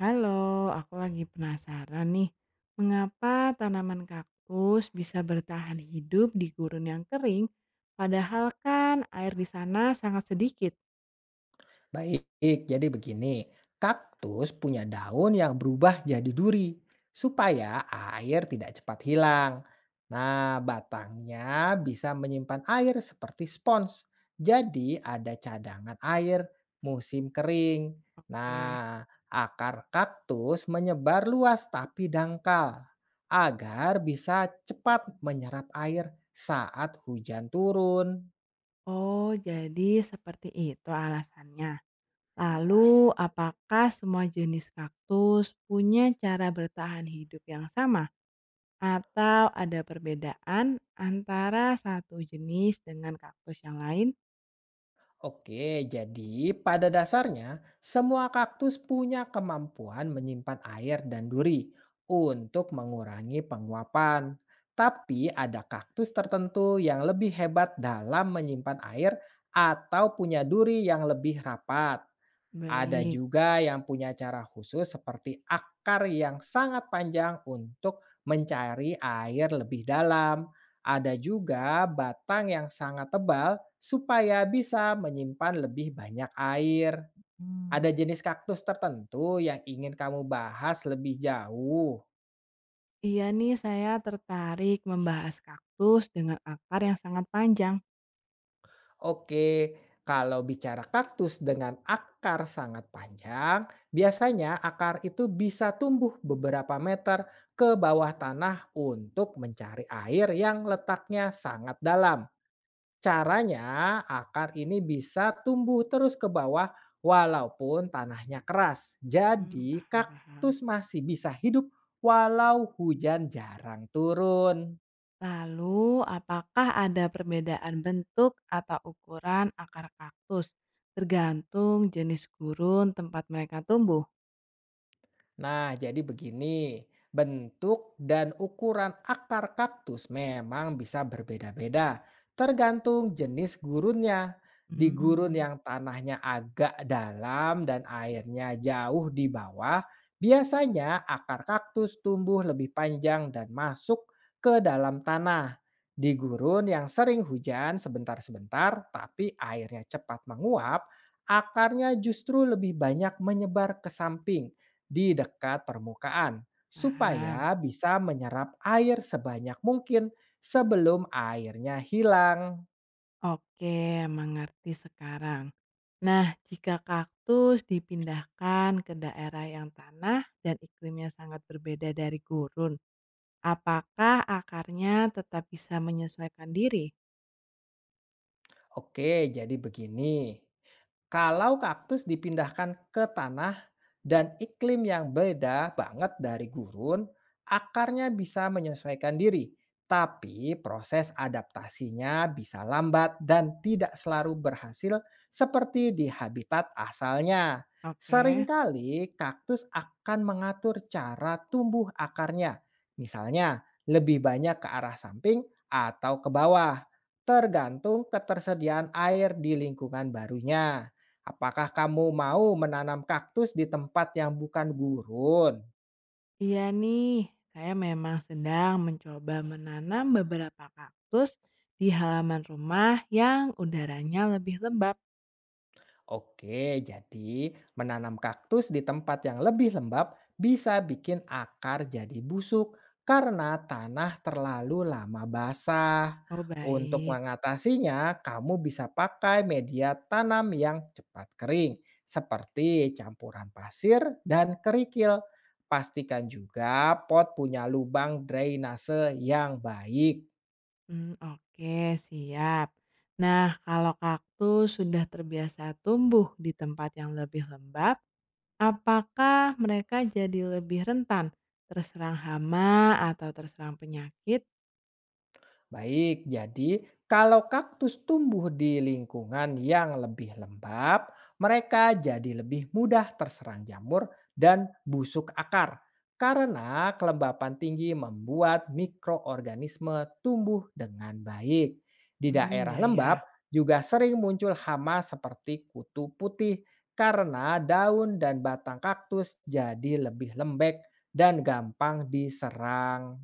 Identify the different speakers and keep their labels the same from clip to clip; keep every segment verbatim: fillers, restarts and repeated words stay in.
Speaker 1: Halo, aku lagi penasaran nih, mengapa tanaman kaktus bisa bertahan hidup di gurun yang kering, padahal kan air di sana sangat sedikit?
Speaker 2: Baik, jadi begini, kaktus punya daun yang berubah jadi duri supaya air tidak cepat hilang. Nah, batangnya bisa menyimpan air seperti spons. Jadi ada cadangan air musim kering.
Speaker 1: Oke.
Speaker 2: Nah, akar kaktus menyebar luas tapi dangkal agar bisa cepat menyerap air saat hujan turun.
Speaker 1: Oh, jadi seperti itu alasannya. Lalu, apakah semua jenis kaktus punya cara bertahan hidup yang sama? Atau ada perbedaan antara satu jenis dengan kaktus yang lain?
Speaker 2: Oke, jadi pada dasarnya semua kaktus punya kemampuan menyimpan air dan duri untuk mengurangi penguapan. Tapi ada kaktus tertentu yang lebih hebat dalam menyimpan air atau punya duri yang lebih rapat. Ada
Speaker 1: Baik.
Speaker 2: juga yang punya cara khusus seperti akar yang sangat panjang untuk mencari air lebih dalam. Ada juga batang yang sangat tebal supaya bisa menyimpan lebih banyak air. Ada
Speaker 1: Hmm.
Speaker 2: jenis kaktus tertentu yang ingin kamu bahas lebih jauh.
Speaker 1: Iya nih, saya tertarik membahas kaktus dengan akar yang sangat panjang.
Speaker 2: Oke, kalau bicara kaktus dengan akar sangat panjang, biasanya akar itu bisa tumbuh beberapa meter ke bawah tanah untuk mencari air yang letaknya sangat dalam. Caranya, akar ini bisa tumbuh terus ke bawah walaupun tanahnya keras.
Speaker 1: Hmm,
Speaker 2: Jadi,
Speaker 1: paham, paham.
Speaker 2: kaktus masih bisa hidup walau hujan jarang turun.
Speaker 1: Lalu, apakah ada perbedaan bentuk atau ukuran akar kaktus tergantung jenis gurun tempat mereka tumbuh?
Speaker 2: Nah, jadi begini, bentuk dan ukuran akar kaktus memang bisa berbeda-beda, tergantung jenis gurunnya. Di gurun
Speaker 1: Hmm,
Speaker 2: yang tanahnya agak dalam dan airnya jauh di bawah, biasanya akar kaktus tumbuh lebih panjang dan masuk ke dalam tanah. Di gurun yang sering hujan sebentar-sebentar, tapi airnya cepat menguap, akarnya justru lebih banyak menyebar ke samping di dekat permukaan
Speaker 1: paham.
Speaker 2: supaya bisa menyerap air sebanyak mungkin sebelum airnya hilang.
Speaker 1: Oke, mengerti sekarang. Nah, jika kaktus dipindahkan ke daerah yang tanah dan iklimnya sangat berbeda dari gurun, apakah akarnya tetap bisa menyesuaikan diri?
Speaker 2: Oke, jadi begini. Kalau kaktus dipindahkan ke tanah dan iklim yang beda banget dari gurun, akarnya bisa menyesuaikan diri, tapi proses adaptasinya bisa lambat dan tidak selalu berhasil seperti di habitat asalnya.
Speaker 1: Oke.
Speaker 2: Seringkali kaktus akan mengatur cara tumbuh akarnya, misalnya lebih banyak ke arah samping atau ke bawah, tergantung ketersediaan air di lingkungan barunya. Apakah kamu mau menanam kaktus di tempat yang bukan gurun?
Speaker 1: Iya nih, saya memang sedang mencoba menanam beberapa kaktus di halaman rumah yang udaranya lebih lembab.
Speaker 2: Oke, jadi menanam kaktus di tempat yang lebih lembab bisa bikin akar jadi busuk karena tanah terlalu lama basah.
Speaker 1: Oh,
Speaker 2: Untuk
Speaker 1: baik.
Speaker 2: mengatasinya, kamu bisa pakai media tanam yang cepat kering, seperti campuran pasir dan kerikil. Pastikan juga pot punya lubang drainase yang baik.
Speaker 1: Hmm, oke, siap. Nah, kalau kaktus sudah terbiasa tumbuh di tempat yang lebih lembab, apakah mereka jadi lebih rentan terserang hama atau terserang penyakit?
Speaker 2: Baik, jadi kalau kaktus tumbuh di lingkungan yang lebih lembab, mereka jadi lebih mudah terserang jamur dan busuk akar. Karena kelembapan tinggi membuat mikroorganisme tumbuh dengan baik. Di
Speaker 1: Hmm,
Speaker 2: daerah
Speaker 1: ya
Speaker 2: lembab
Speaker 1: ya.
Speaker 2: juga sering muncul hama seperti kutu putih karena daun dan batang kaktus jadi lebih lembek dan gampang diserang.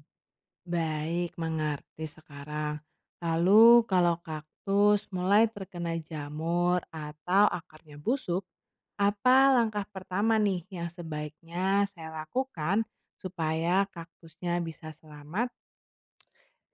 Speaker 1: Baik, mengerti sekarang. Lalu kalau kaktus mulai terkena jamur atau akarnya busuk, apa langkah pertama nih yang sebaiknya saya lakukan supaya kaktusnya bisa selamat?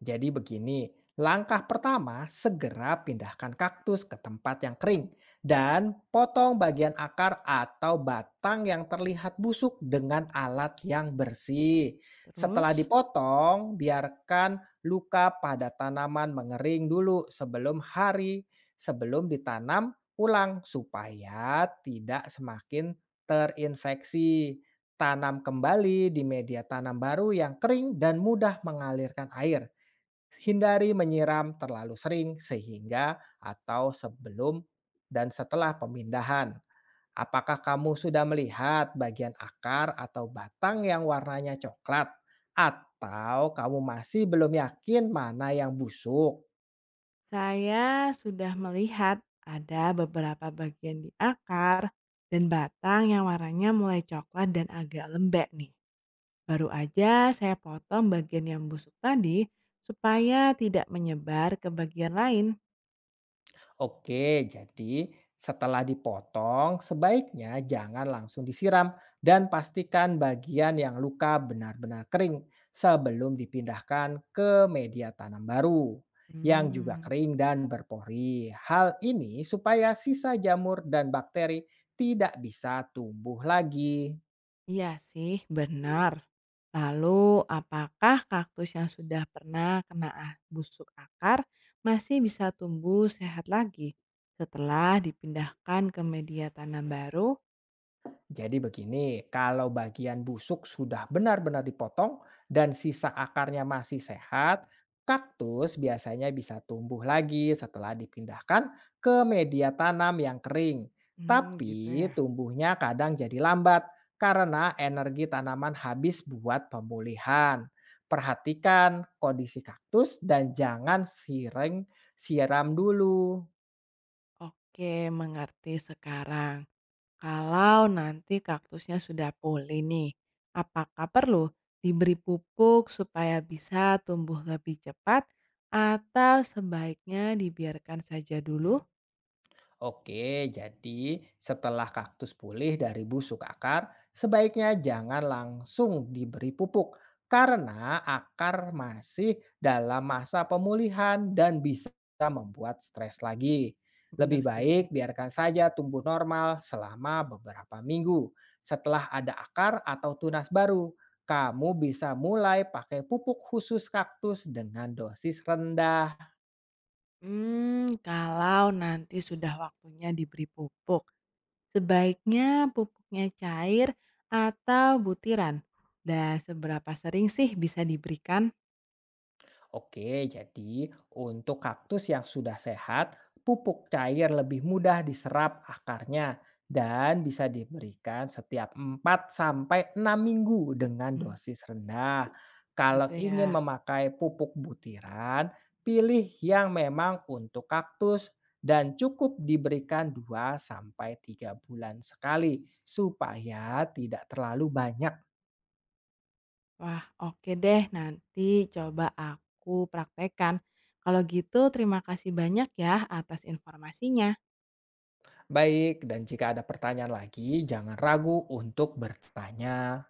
Speaker 2: Jadi begini, langkah pertama segera pindahkan kaktus ke tempat yang kering dan potong bagian akar atau batang yang terlihat busuk dengan alat yang bersih. Setelah
Speaker 1: Terus,
Speaker 2: dipotong, biarkan luka pada tanaman mengering dulu sebelum hari sebelum ditanam ulang supaya tidak semakin terinfeksi. Tanam kembali di media tanam baru yang kering dan mudah mengalirkan air. Hindari menyiram terlalu sering sehingga atau sebelum dan setelah pemindahan. Apakah kamu sudah melihat bagian akar atau batang yang warnanya coklat? Atau kamu masih belum yakin mana yang busuk?
Speaker 1: saya sudah melihat ada beberapa bagian di akar dan batang yang warnanya mulai coklat dan agak lembek nih. Baru aja saya potong bagian yang busuk tadi supaya tidak menyebar ke bagian lain.
Speaker 2: Oke, jadi setelah dipotong, sebaiknya jangan langsung disiram dan pastikan bagian yang luka benar-benar kering sebelum dipindahkan ke media tanam baru yang juga
Speaker 1: Hmm,
Speaker 2: kering dan berpori. Hal ini supaya sisa jamur dan bakteri tidak bisa tumbuh lagi.
Speaker 1: iya sih, benar. Lalu, apakah kaktus yang sudah pernah kena a- busuk akar masih bisa tumbuh sehat lagi setelah dipindahkan ke media tanam baru?
Speaker 2: Jadi begini, kalau bagian busuk sudah benar-benar dipotong dan sisa akarnya masih sehat, kaktus biasanya bisa tumbuh lagi setelah dipindahkan ke media tanam yang kering.
Speaker 1: Hmm, gitu
Speaker 2: Tapi
Speaker 1: ya.
Speaker 2: tumbuhnya kadang jadi lambat karena energi tanaman habis buat pemulihan. Perhatikan kondisi kaktus dan jangan siring siram dulu.
Speaker 1: Oke, mengerti sekarang. Kalau nanti kaktusnya sudah pulih nih, apakah perlu diberi pupuk supaya bisa tumbuh lebih cepat atau sebaiknya dibiarkan saja dulu?
Speaker 2: Oke, jadi setelah kaktus pulih dari busuk akar, sebaiknya jangan langsung diberi pupuk karena akar masih dalam masa pemulihan dan bisa membuat stres lagi.
Speaker 1: Bener
Speaker 2: Lebih
Speaker 1: sih.
Speaker 2: baik biarkan saja tumbuh normal selama beberapa minggu. Setelah ada akar atau tunas baru, kamu bisa mulai pakai pupuk khusus kaktus dengan dosis rendah.
Speaker 1: Hmm, kalau nanti sudah waktunya diberi pupuk, sebaiknya pupuknya cair atau butiran. Dan seberapa sering sih bisa diberikan?
Speaker 2: Oke, jadi untuk kaktus yang sudah sehat, pupuk cair lebih mudah diserap akarnya dan bisa diberikan setiap empat sampai enam minggu dengan
Speaker 1: Hmm,
Speaker 2: dosis rendah. Kalau
Speaker 1: gitu
Speaker 2: ingin
Speaker 1: ya.
Speaker 2: memakai pupuk butiran, pilih yang memang untuk kaktus dan cukup diberikan dua sampai tiga bulan sekali supaya tidak terlalu banyak.
Speaker 1: Wah, oke deh. Nanti coba aku praktekkan. Kalau gitu, terima kasih banyak ya atas informasinya.
Speaker 2: Baik, dan jika ada pertanyaan lagi, jangan ragu untuk bertanya.